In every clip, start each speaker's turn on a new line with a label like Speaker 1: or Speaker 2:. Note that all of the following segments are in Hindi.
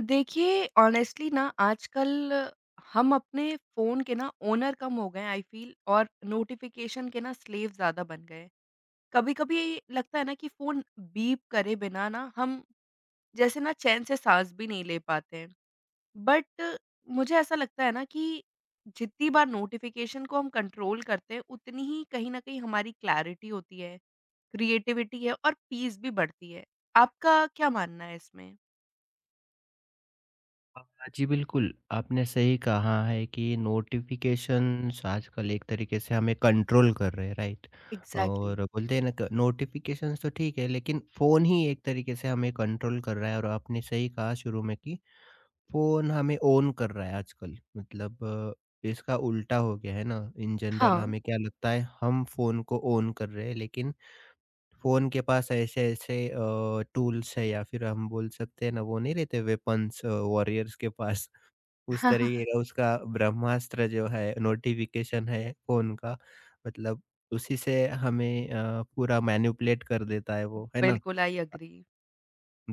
Speaker 1: देखिए, ऑनेस्टली ना आजकल हम अपने फ़ोन के ना ओनर कम हो गए हैं आई फ़ील और नोटिफ़िकेशन के ना स्लेव ज़्यादा बन गए हैं। कभी-कभी लगता है ना कि फ़ोन बीप करे बिना ना हम जैसे ना चैन से साँस भी नहीं ले पाते हैं। बट मुझे ऐसा लगता है ना कि जितनी बार नोटिफ़िकेशन को हम कंट्रोल करते हैं, उतनी ही कहीं न कहीं हमारी क्लैरिटी होती है, क्रिएटिविटी है और पीस भी बढ़ती है। आपका क्या मानना है इसमें?
Speaker 2: अ, जी बिल्कुल, आपने सही कहा है कि नोटिफ़िकेशंस आजकल एक तरीके से हमें कंट्रोल कर रहे हैं, राइट?
Speaker 1: एग्ज़ैक्टली।
Speaker 2: और बोलते हैं ना क नोटिफ़िकेशंस तो ठीक है, लेकिन फ़ोन ही एक तरीके से हमें कंट्रोल कर रहा है और आपने सही कहा शुरू में कि फ़ोन हमें ऑन कर रहा है आजकल। मतलब इसका उल्टा हो गया है ना? इन जनरल
Speaker 1: हाँ।
Speaker 2: हमें क्या लगता है, हम फ़ोन को ऑन कर रहे हैं, लेकिन फ़ोन के पास ऐसे-ऐसे टूल्स है या फिर हम बोल सकते हैं ना, वो नहीं रहते वेपन्स वॉरियर्स के पास। उस तरीके का उसका ब्रह्मास्त्र जो है नोटिफ़िकेशन है फ़ोन का। मतलब उसी से हमें पूरा मैनिपुलेट कर देता है वो, है ना?
Speaker 1: बिल्कुल, आई
Speaker 2: अ,
Speaker 1: एग्री।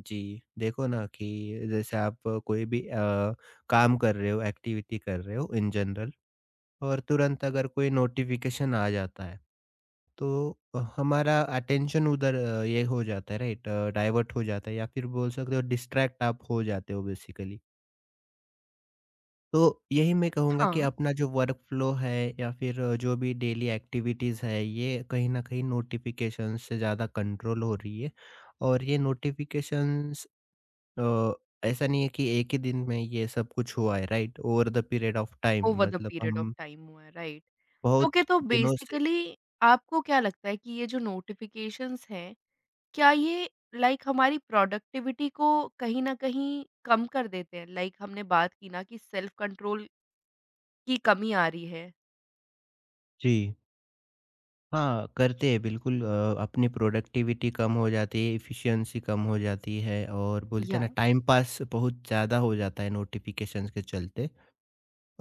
Speaker 2: जी, देखो ना कि जैसे आप कोई भी काम कर रहे हो, एक्टिविटी कर रहे हो इन जनरल, और तुरंत अगर कोई नोटिफ़िकेशन आ जाता है, तो हमारा अटेंशन उधर ये हो जाता है, राइट? डाइवर्ट हो जाता है, या फिर बोल सकते हो डिस्ट्रैक्ट आप हो जाते हो बेसिकली। तो यही मैं कहूँगा कि
Speaker 1: हाँ।
Speaker 2: अपना जो वर्क फ्लो है या फिर जो भी डेली एक्टिविटीज़ है, ये कहीं न कहीं नोटिफ़िकेशन से ज़्यादा कंट्रोल हो रही है। और ये नोटिफ़िकेशंस, अ, ऐसा नहीं है कि एक ही दिन में ये सब कुछ हुआ है, right? Over the period of time,
Speaker 1: over the
Speaker 2: मतलब
Speaker 1: पीरियड ऑफ
Speaker 2: हम
Speaker 1: टाइम हुआ है, राइट।
Speaker 2: बहुत
Speaker 1: ओके, तो
Speaker 2: दिनों से।
Speaker 1: बेसिकली आपको क्या लगता है कि ये जो नोटिफ़िकेशंस हैं, क्या ये लाइक हमारी प्रोडक्टिविटी को कहीं न कहीं कम कर देते हैं? लाइक हमने बात की ना कि सेल्फ कंट्रोल की कमी आ रही है।
Speaker 2: जी। हाँ, करते हैं बिल्कुल, अपनी प्रोडक्टिविटी कम हो जाती है, एफिशिएंसी कम हो जाती है और बोलते हैं
Speaker 1: या
Speaker 2: ना टाइम पास बहुत ज़्यादा हो जाता है नोटिफ़िकेशंस के चलते।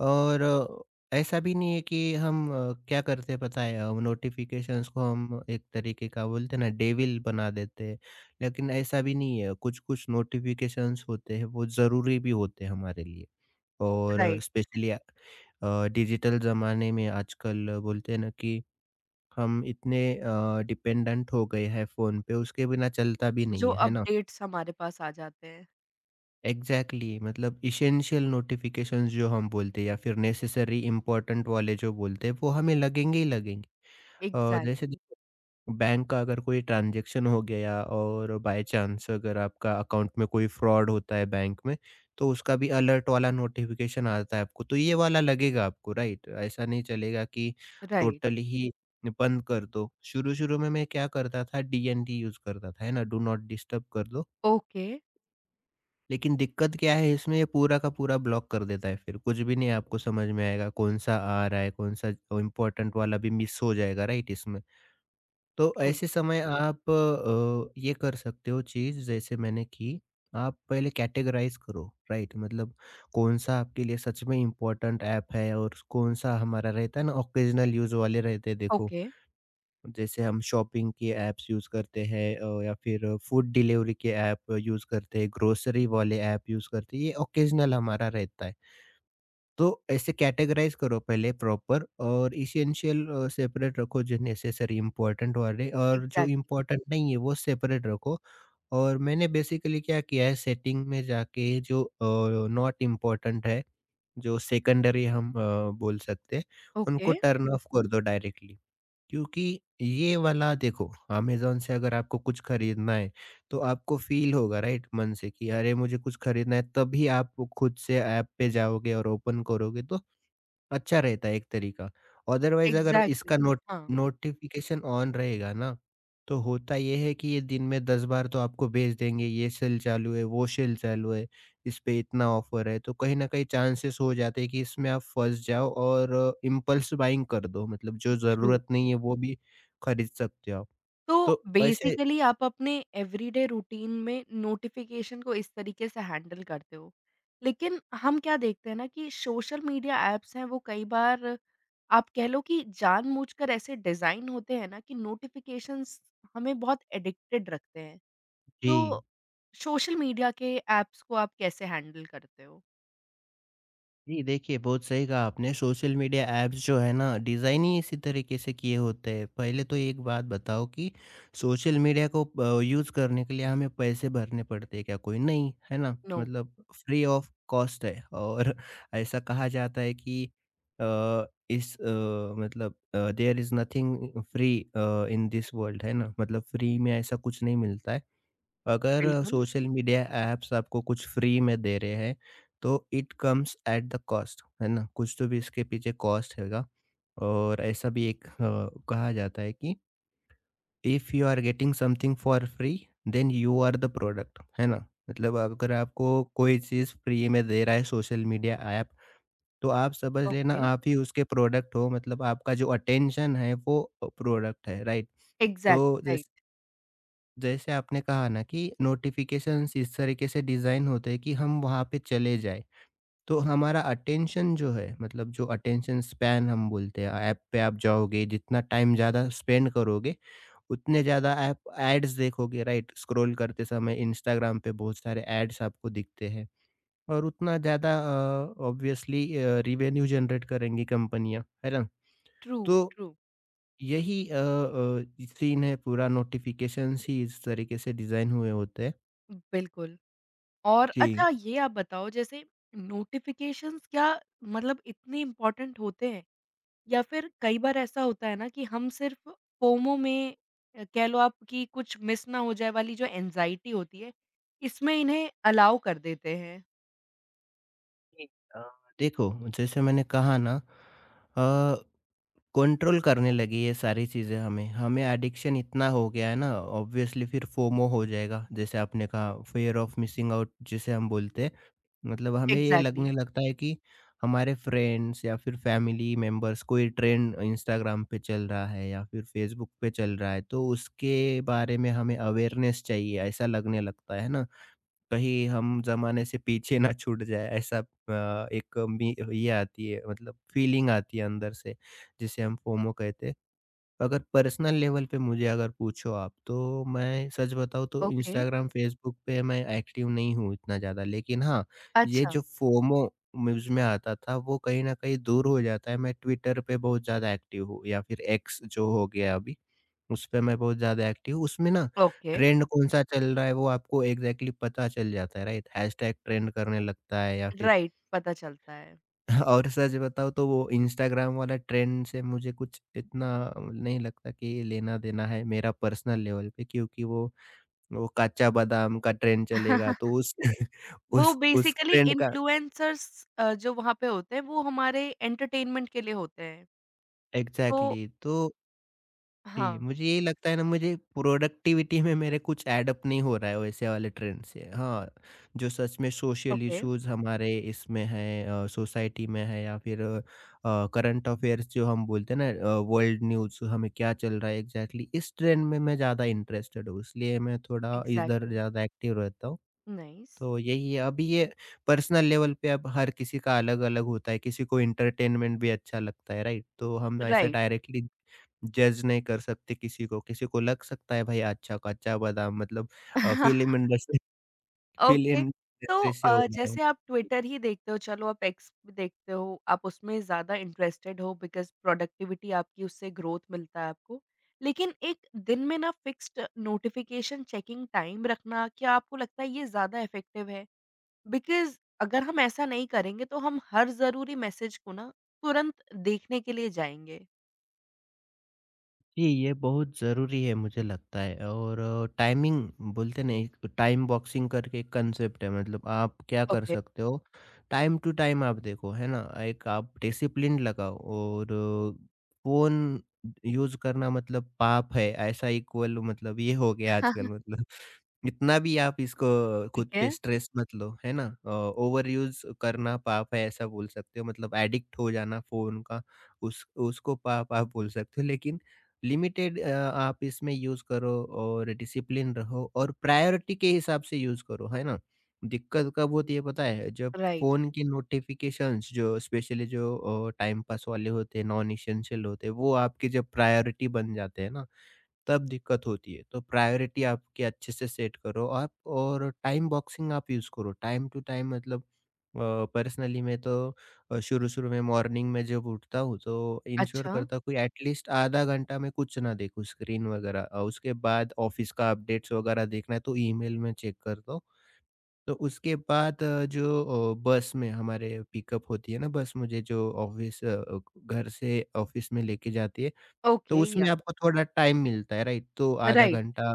Speaker 2: और ऐसा भी नहीं है कि हम, क्या करते हैं पता है, नोटिफिकेशंस को हम एक तरीके का बोलते हैं ना डेविल बना देते हैं। लेकिन ऐसा भी नहीं है, कुछ कुछ नोटिफिकेशंस होते हैं वो ज़रूरी भी होते हैं हमारे लिए, और
Speaker 1: राइट।
Speaker 2: स्पेशली डिजिटल ज़माने में आजकल बोलते हैं ना कि हम इतने डिपेंडेंट हो गए हैं फ़ोन पे, उसके बिना चलता भी नहीं
Speaker 1: जो
Speaker 2: है, है ना?
Speaker 1: अपडेट्स हमारे पास आ जाते हैं।
Speaker 2: एग्जैक्टली exactly, मतलब इसेंशियल नोटिफिकेशंस जो हम बोलते हैं या फिर नेसेसरी इंपॉर्टेंट वाले जो बोलते हैं वो हमें लगेंगे ही लगेंगे। जैसे
Speaker 1: एग्ज़ैक्टली,
Speaker 2: बैंक का अगर कोई ट्रांजैक्शन हो गया और बाय चांस अगर आपका अकाउंट में कोई फ्रॉड होता है बैंक में, तो उसका भी अलर्ट वाला नोटिफिकेशन आता है आपको, तो ये वाला लगेगा आपको, राइट? ऐसा नहीं चलेगा कि
Speaker 1: राइट।
Speaker 2: टोटली ही बंद कर दो। शुरू शुरू में मैं क्या करता था, डीएनडी यूज करता था, है ना, डू नॉट डिस्टर्ब कर दो।
Speaker 1: ओके,
Speaker 2: लेकिन दिक्कत क्या है इसमें, ये पूरा का पूरा ब्लॉक कर देता है फिर, कुछ भी नहीं आपको समझ में आएगा, कौन-सा आ रहा है, कौन-सा इम्पोर्टेंट वाला भी मिस हो जाएगा, राइट इसमें। तो
Speaker 1: ट्रू।
Speaker 2: ऐसे समय आप ये कर सकते हो चीज़ जैसे मैंने की, आप पहले कैटेगराइज़ करो, राइट? मतलब कौन-सा आपके लिए सच में इम्पोर्टेंट ऐप है और कौन-सा हमारा रहता है ना ऑकेज़नल यूज़ वाले रहते हैं, देखो।
Speaker 1: ओके।
Speaker 2: जैसे हम शॉपिंग के ऐप्स यूज़ करते हैं, या फिर फूड डिलीवरी के ऐप यूज़ करते हैं, ग्रोसरी वाले ऐप यूज़ करते हैं, ये ओकेजनल हमारा रहता है। तो ऐसे कैटेगराइज़ करो पहले प्रॉपर, और एसेंशियल सेपरेट रखो जो नेसेसरी इम्पोर्टेंट वाले, और जो
Speaker 1: एग्ज़ैक्टली।
Speaker 2: इम्पोर्टेंट नहीं है वो सेपरेट रखो। और मैंने बेसिकली क्या किया है, सेटिंग में जाके जो नॉट इम्पोर्टेंट है, जो सेकेंडरी हम बोल सकते हैं,
Speaker 1: ओके।
Speaker 2: उनको टर्न ऑफ कर दो डायरेक्टली। क्योंकि ये वाला देखो, अमेज़न से अगर आपको कुछ खरीदना है, तो आपको फ़ील होगा, राइट, मन से कि अरे! मुझे कुछ खरीदना है, तभी आप वो खुद से ऐप पे जाओगे और ओपन करोगे, तो अच्छा रहता है एक तरीका। अदरवाइज़ अगर इसका
Speaker 1: एग्ज़ैक्टली। हाँ।
Speaker 2: नोटिफ़िकेशन ऑन रहेगा ना, तो होता ये है कि ये दिन में 10 बार तो आपको भेज देंगे, ये सेल चालू है, वो सेल चालू है, इस पे इतना ऑफ़र है। तो कहीं न कहीं चांसेस हो जाते हैं कि इसमें आप फँस जाओ और इम्पल्स बाइंग कर दो, मतलब जो
Speaker 1: ट्रू।
Speaker 2: ज़रूरत नहीं है वो भी खरीद सकते हो आप।
Speaker 1: तो
Speaker 2: तो ऐसे।
Speaker 1: बेसिकली आप अपने एवरीडे रूटीन में नोटिफिकेशन को इस तरीके से हैंडल करते हो। लेकिन हम क्या देखते हैं ना कि सोशल मीडिया ऐप्स हैं वो कई बार आप कह लो कि जानबूझकर ऐसे डिज़ाइन होते हैं ना कि नोटिफिकेशंस हमें बहुत एडिक्टेड रखते हैं।
Speaker 2: जी।
Speaker 1: तो सोशल मीडिया के ऐप्स को आप कैसे हैंडल करते हो?
Speaker 2: जी, देखिए बहुत सही कहा आपने। सोशल मीडिया ऐप्स जो है ना, डिज़ाइन ही इसी तरीके से किए होते हैं। पहले तो एक बात बताओ कि सोशल मीडिया को यूज़ करने के लिए हमें पैसे भरने पड़ते हैं क्या? कोई नहीं, है ना?
Speaker 1: नो।
Speaker 2: मतलब फ्री ऑफ कॉस्ट है। और ऐसा कहा जाता है कि अ, इस मतलब there is nothing free in this world, है ना? मतलब फ्री में ऐसा कुछ नहीं मिलता है। अगर
Speaker 1: बिल्कुल।
Speaker 2: सोशल मीडिया ऐप्स आपको कुछ फ्री में दे रहे हैं, तो it comes at the cost, है ना? कुछ तो भी इसके पीछे कॉस्ट होगा। और ऐसा भी एक कहा जाता है कि if you are getting something for free, then you are the product, है ना? मतलब अगर आपको कोई चीज़ फ्री में दे रहा है सोशल मीडिया ऐप, तो आप समझ लेना
Speaker 1: ओके।
Speaker 2: आप ही उसके प्रोडक्ट हो, मतलब आपका जो अटेंशन है वो प्रोडक्ट है, राइट? तो
Speaker 1: एग्ज़ैक्टली, राइट।
Speaker 2: जैसे आपने कहा ना कि नोटिफिकेशंस इस तरीके से डिज़ाइन होते हैं कि हम वहाँ पे चले जाएँ। तो हमारा अटेंशन जो है, मतलब जो अटेंशन स्पैन हम बोलते हैं, ऐप पे आप जाओगे, जितना टाइम ज़्यादा स्पेंड करोगे, उतने ज़्यादा ऐप ऐड्स देखोगे, राइट? स्क्रॉल करते समय इंस्टाग्राम पे बहुत सारे ऐड्स आपको दिखते हैं, और उतना ज़्यादा ऑब्वियसली रेवेन्यू जनरेट करेंगी कंपनियाँ, है ना?
Speaker 1: ट्रू,
Speaker 2: तो
Speaker 1: ट्रू।
Speaker 2: यही सीन है पूरा, नोटिफिकेशंस ही इस तरीके से डिज़ाइन हुए होते हैं।
Speaker 1: बिल्कुल। और
Speaker 2: जी।
Speaker 1: अच्छा ये आप बताओ जैसे नोटिफ़िकेशंस क्या मतलब इतने इम्पोर्टेंट होते हैं? या फिर कई बार ऐसा होता है ना कि हम सिर्फ़ फोमो में कह लो आप कि कुछ मिस ना हो जाए वाली जो एंग्ज़ायटी होती है, इसमें इन्हें अलाउ कर देते हैं।
Speaker 2: अ, देखो जैसे मैंने कहा ना, अ, कंट्रोल करने लगी ये सारी चीज़ें हमें। हमें एडिक्शन इतना हो गया है ना, ऑब्वियसली फिर फोमो हो जाएगा, जैसे आपने कहा फ़ियर ऑफ मिसिंग आउट जिसे हम बोलते हैं। मतलब हमें ये
Speaker 1: एग्ज़ैक्टली,
Speaker 2: लगने लगता है कि हमारे फ्रेंड्स या फिर फैमिली मेंबर्स, कोई ट्रेंड इंस्टाग्राम पे चल रहा है या फिर फेसबुक पे चल रहा है, तो उसके बारे में हमें अवेयरनेस चाहिए, ऐसा लगने लगता है ना। कहीं हम ज़माने से पीछे ना छूट जाए, ऐसा एक मी ये आती है, मतलब फीलिंग आती है अंदर से, जिसे हम फोमो कहते हैं। अगर पर्सनल लेवल पे मुझे अगर पूछो आप, तो मैं सच बताऊँ तो
Speaker 1: ओके।
Speaker 2: इंस्टाग्राम, फ़ेसबुक पे मैं एक्टिव नहीं हूँ इतना ज़्यादा। लेकिन हाँ, ये
Speaker 1: अच्छा,
Speaker 2: जो फोमो मुझ में आता था वो कहीं न कहीं दूर हो जाता है। मैं ट्विटर पे बहुत ज़्यादा एक्टिव हूँ या फिर एक्स जो हो गया अभी। उसपे मैं बहुत ज़्यादा एक्टिव हूँ। उसमें ना
Speaker 1: ओके,
Speaker 2: ट्रेंड कौन-सा चल रहा है वो आपको एग्ज़ैक्टली पता चल जाता है, राइट? हैशटैग ट्रेंड करने लगता है या फिर
Speaker 1: राइट, पता चलता है।
Speaker 2: और सच बताऊँ तो वो इंस्टाग्राम वाला ट्रेंड से मुझे कुछ इतना नहीं लगता कि लेना-देना है मेरा पर्सनल लेवल पे। क्योंकि वो कच्चा बादाम का ट्रेंड चलेगा तो उस
Speaker 1: वो
Speaker 2: उस
Speaker 1: बेसिकली
Speaker 2: ट्रेंड का
Speaker 1: इन्फ्लुएंसर्स जो वहाँ पे होते हैं वो हमारे एंटरटेनमेंट के लिए होते हैं। तो
Speaker 2: एग्ज़ैक्टली। तो जी,
Speaker 1: हाँ,
Speaker 2: मुझे यही लगता है ना, मुझे प्रोडक्टिविटी में मेरे कुछ ऐड अप नहीं हो रहा है वैसे वाले ट्रेंड से। हाँ, जो सच में सोशल
Speaker 1: ओके,
Speaker 2: इश्यूज़ हमारे इसमें हैं, सोसाइटी में है, या फिर करंट अफेयर्स जो हम बोलते हैं ना, वर्ल्ड न्यूज़ हमें क्या चल रहा है एग्ज़ैक्टली, इस ट्रेंड में मैं ज़्यादा इंटरेस्टेड हूँ, इसलिए मैं थोड़ा इधर
Speaker 1: एग्ज़ैक्टली।
Speaker 2: ज़्यादा एक्टिव रहता हूँ।
Speaker 1: नाइस,
Speaker 2: तो यही है अभी ये पर्सनल लेवल पे। अब हर किसी का अलग-अलग होता है, किसी को एंटरटेनमेंट भी अच्छा लगता है, राइट? तो हम ऐसा
Speaker 1: राइट।
Speaker 2: डायरेक्टली जज नहीं कर सकते किसी को लग सकता है भाई अच्छा, कच्चा बादाम मतलब अ, फ़िल्म इंडस्ट्री फ़िल्म
Speaker 1: ओके, तो
Speaker 2: इंडस्ट्री से हो
Speaker 1: अ,
Speaker 2: रहा हो।
Speaker 1: जैसे आप ट्विटर ही देखते हो, चलो आप एक्स भी देखते हो, आप उसमें ज़्यादा इंटरेस्टेड हो बिकॉज़ प्रोडक्टिविटी आपकी उससे ग्रोथ मिलता है आपको। लेकिन एक दिन में ना फिक्स्ड नोटिफ़िकेशन चेकिंग टाइम रखना क्या आपको लगता है ये ज़्यादा इफ़ेक्टिव है? बिकॉज़ अगर हम ऐसा नहीं करेंगे तो हम हर ज़रूरी मैसेज को ना तुरंत देखने के लिए जाएँगे।
Speaker 2: जी, ये बहुत ज़रूरी है मुझे लगता है, और टाइमिंग, बोलते ना, एक टाइम बॉक्सिंग करके एक कंसेप्ट है, मतलब आप क्या कर
Speaker 1: ओके।
Speaker 2: सकते हो, टाइम टू टाइम आप देखो, है ना? एक आप डिसिप्लिन लगाओ। और फ़ोन यूज़ करना मतलब पाप है ऐसा इक्वल, मतलब ये हो गया आजकल, मतलब इतना भी आप इसको
Speaker 1: ठीक
Speaker 2: खुद
Speaker 1: है,
Speaker 2: पे स्ट्रेस मत लो, है ना? ओवर यूज करना पाप है ऐसा बोल सकते हो, मतलब एडिक्ट हो जाना फोन का, उस उसको पाप आप बोल सकते हो, लेकिन लिमिटेड आप इसमें यूज़ करो, और डिसिप्लिन रहो, और प्रायोरिटी के हिसाब से यूज़ करो, है ना? दिक्कत कब होती है पता है? जब
Speaker 1: राइट।
Speaker 2: फ़ोन की नोटिफ़िकेशंस, जो स्पेशली जो टाइम पास वाले होते हैं, नॉन एसेंशियल होते हैं, वो आपकी जब प्रायोरिटी बन जाते हैं ना, तब दिक्कत होती है। तो प्रायोरिटी आपकी अच्छे से सेट करो आप, और टाइम बॉक्सिंग आप यूज़ करो। टाइम टू टाइम, मतलब अ, पर्सनली मैं तो शुरू-शुरू में, मॉर्निंग में जब उठता हूँ तो इंश्योर
Speaker 1: अच्छा,
Speaker 2: करता हूँ कि एटलीस्ट आधा घंटा मैं कुछ ना देखूँ, स्क्रीन वगैरह। उसके बाद ऑफ़िस का अपडेट्स वगैरह देखना है तो ईमेल में चेक करता हूँ। तो उसके बाद जो बस में हमारे पिकअप होती है ना, बस मुझे जो ऑफ़िस, घर से ऑफ़िस में लेके जाती है। तो
Speaker 1: ओके,
Speaker 2: उसमें
Speaker 1: या
Speaker 2: आपको थोड़ा टाइम मिलता है, राइट? तो आधा
Speaker 1: राइट,
Speaker 2: घंटा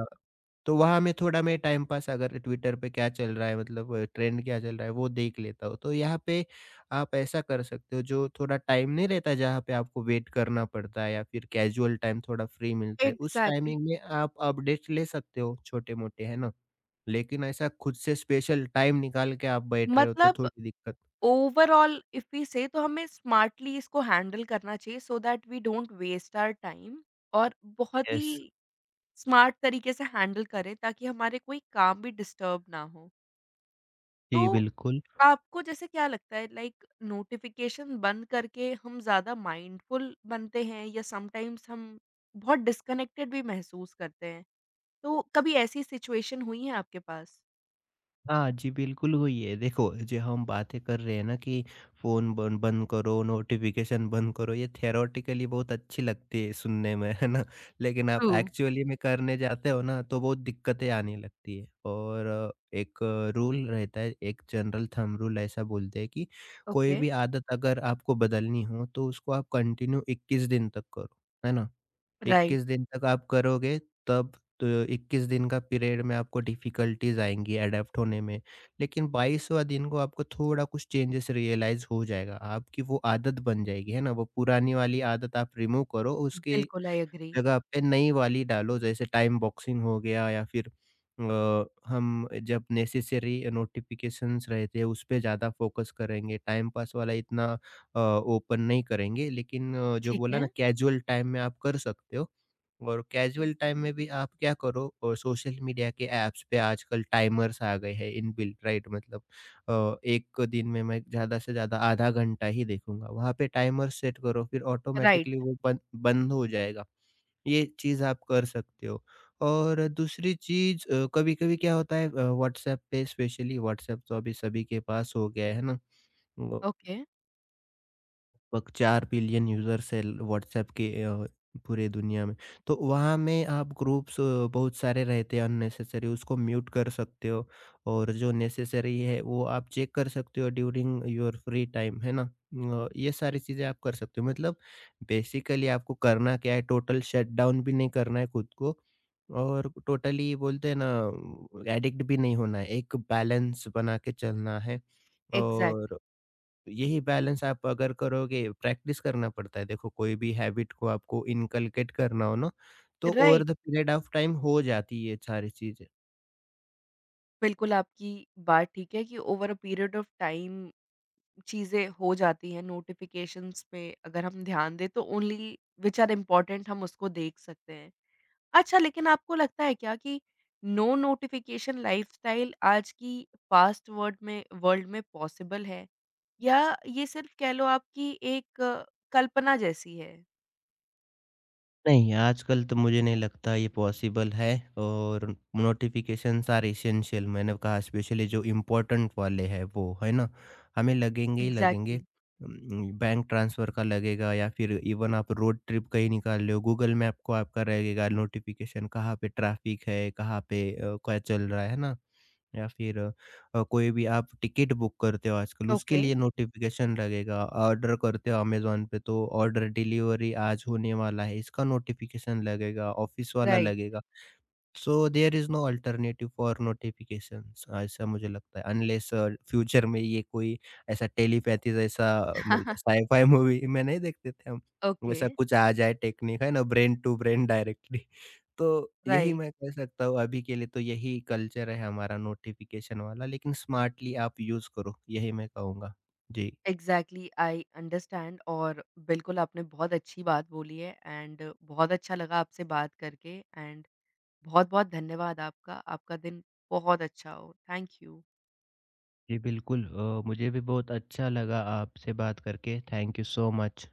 Speaker 2: तो वहाँ मैं थोड़ा मैं टाइम पास अगर ट्विटर पे क्या चल रहा है मतलब ट्रेंड क्या चल रहा है वो देख लेता हूँ। तो यहाँ पे आप ऐसा कर सकते हो जो थोड़ा टाइम नहीं रहता जहाँ पे आपको वेट करना पड़ता है या फिर कैजुअल टाइम थोड़ा फ्री मिलता है। उस
Speaker 1: एग्ज़ैक्टली।
Speaker 2: टाइमिंग में आप अपडेट्स ले सकते हो छोटे-मोटे, है ना? लेकिन ऐसा खुद से स्पेशल टाइम निकाल के आप बैठ रहे हो तो
Speaker 1: मतलब
Speaker 2: थोड़ी दिक्कत।
Speaker 1: ओवरऑल इफ वी से तो हमें स्मार्टली इसको हैंडल करना चाहिए so that we don't waste our time और बहुत ही
Speaker 2: यस।
Speaker 1: स्मार्ट तरीके से हैंडल करें ताकि हमारे कोई काम भी डिस्टर्ब ना हो। तो
Speaker 2: जी, बिल्कुल।
Speaker 1: आपको जैसे क्या लगता है लाइक नोटिफिकेशन बंद करके हम ज़्यादा माइंडफुल बनते हैं या समटाइम्स हम बहुत डिस्कनेक्टेड भी महसूस करते हैं। तो कभी ऐसी सिचुएशन हुई है आपके पास?
Speaker 2: हाँ जी, बिल्कुल वही है। देखो, जो हम बातें कर रहे हैं ना कि फ़ोन बन बंद करो, नोटिफ़िकेशन बंद करो, ये थ्योरेटिकली बहुत अच्छी लगती है सुनने में, है ना? लेकिन आप
Speaker 1: ट्रू,
Speaker 2: एक्चुअली में करने जाते हो ना, तो बहुत दिक्कतें आने लगती है। और एक रूल रहता है, एक जनरल थंब रूल ऐसा बोलते हैं कि कोई
Speaker 1: ओके।
Speaker 2: भी आदत अगर आपको बदलनी हो, तो उसको आप कंटिन्यू 21 दिन तक करो, है ना?
Speaker 1: राइट,
Speaker 2: 21 दिन तक आप करोगे तब तो 21 दिन का पीरियड में आपको डिफिकल्टीज आएँगी अडैप्ट होने में। लेकिन 22वाँ दिन को आपको थोड़ा कुछ चेंजेस रियलाइज़ हो जाएगा, आपकी वो आदत बन जाएगी, है ना? वो पुरानी वाली आदत आप रिमूव करो, उसकी
Speaker 1: बिल्कुल आई एग्री।
Speaker 2: जगह पे नई वाली डालो जैसे टाइम बॉक्सिंग हो गया या फिर हम जब नेसेसरी नोटिफ़िकेशंस रहते हैं उस पे ज़्यादा फ़ोकस करेंगे, टाइम पास वाला इतना ओपन नहीं करेंगे। लेकिन जो
Speaker 1: ठीक
Speaker 2: बोला
Speaker 1: है।
Speaker 2: ना कैजुअल टाइम में आप कर सकते हो। और कैजुअल टाइम में भी आप क्या करो और सोशल मीडिया के ऐप्स पे आजकल टाइमर्स आ गए हैं इनबिल्ट, राइट? मतलब एक दिन में मैं ज़्यादा से ज़्यादा आधा घंटा ही देखूंगा वहाँ पे टाइमर सेट करो फिर
Speaker 1: राइट।
Speaker 2: ऑटोमेटिकली वो बंद बंद हो जाएगा। ये चीज़ आप कर सकते हो। और दूसरी चीज़, कभी कभी क्या होता है व्हाट्सएप पे, स्पेशली व्हाट्सएप तो अभी सभी के पास हो गया है ना।
Speaker 1: ओके।
Speaker 2: लगभग 4 बिलियन यूज़र्स हैं व्हाट्सऐप के पूरे दुनिया में। तो वहाँ में आप ग्रुप्स बहुत सारे रहते हैं अननेसेसरी, उसको म्यूट कर सकते हो और जो नेसेसरी है वो आप चेक कर सकते हो ड्यूरिंग योर फ्री टाइम, है ना? ये सारी चीज़ें आप कर सकते हो। मतलब बेसिकली आपको करना क्या है, टोटल शटडाउन भी नहीं करना है खुद को और टोटली बोलते हैं ना एडिक्ट भी नहीं होना है। एक बैलेंस बना के चलना है
Speaker 1: एग्ज़ैक्टली
Speaker 2: और यही बैलेंस आप अगर करोगे, प्रैक्टिस करना पड़ता है। देखो, कोई भी हैबिट को आपको इनकलकेट करना हो ना, तो over
Speaker 1: right,
Speaker 2: the period of time हो जाती है ये सारी चीजें।
Speaker 1: बिल्कुल आपकी बात ठीक है कि over uh period of time चीज़ें हो जाती हैं, नोटिफ़िकेशंस पे अगर हम ध्यान दें तो ओनली व्हिच आर इम्पोर्टेंट हम उसको देख सकते हैं। अच्छा लेकिन आपको लगता है क्या कि नो नोटिफ़िकेशन लाइफ़स्टाइल आज की फ़ास्ट वर्ल्ड में पॉसिबल है? या ये सिर्फ़ कह लो आपकी एक कल्पना जैसी है?
Speaker 2: नहीं, आजकल तो मुझे नहीं लगता ये पॉसिबल है। और नोटिफिकेशंस आर इसेंशियल, मैंने कहा स्पेशली जो इम्पोर्टेंट वाले हैं वो, है ना? हमें लगेंगे ही लगेंगे।
Speaker 1: एग्ज़ैक्टली,
Speaker 2: बैंक ट्रांसफ़र का लगेगा या फिर इवन आप रोड ट्रिप कहीं निकाल रहे हो, गूगल मैप को आपका रहेगा नोटिफिकेशन कहाँ पे ट्रैफिक है, कहाँ पे क्या चल रहा है, ना? या फिर कोई भी आप टिकट बुक करते हो आजकल, उसके
Speaker 1: ओके,
Speaker 2: लिए नोटिफिकेशन लगेगा। ऑर्डर करते हो अमेज़न पे तो ऑर्डर डिलीवरी आज होने वाला है इसका नोटिफिकेशन लगेगा, ऑफ़िस वाला
Speaker 1: राइट,
Speaker 2: लगेगा। So there is no alternative for notifications, ऐसा मुझे लगता है। अनलेस फ्यूचर में ये कोई ऐसा टेलीपैथी जैसा म साइ-फाइ मूवी में नहीं देखते थे हम,
Speaker 1: ओके,
Speaker 2: वैसा कुछ आ जाए टेक्निक, है ना? Brain to brain directly. तो यही
Speaker 1: राइट।
Speaker 2: मैं कह सकता हूँ अभी के लिए, तो यही कल्चर है हमारा नोटिफ़िकेशन वाला, लेकिन स्मार्टली आप यूज़ करो, यही मैं कहूँगा। जी।
Speaker 1: एग्ज़ैक्टली आई अंडरस्टैंड और बिल्कुल आपने बहुत अच्छी बात बोली है एंड बहुत अच्छा लगा आपसे बात करके एंड बहुत-बहुत धन्यवाद आपका। आपका दिन बहुत अच्छा हो। Thank you.
Speaker 2: जी, बिल्कुल। मुझे भी बहुत अच्छा लगा आपसे बात करके। Thank you so much.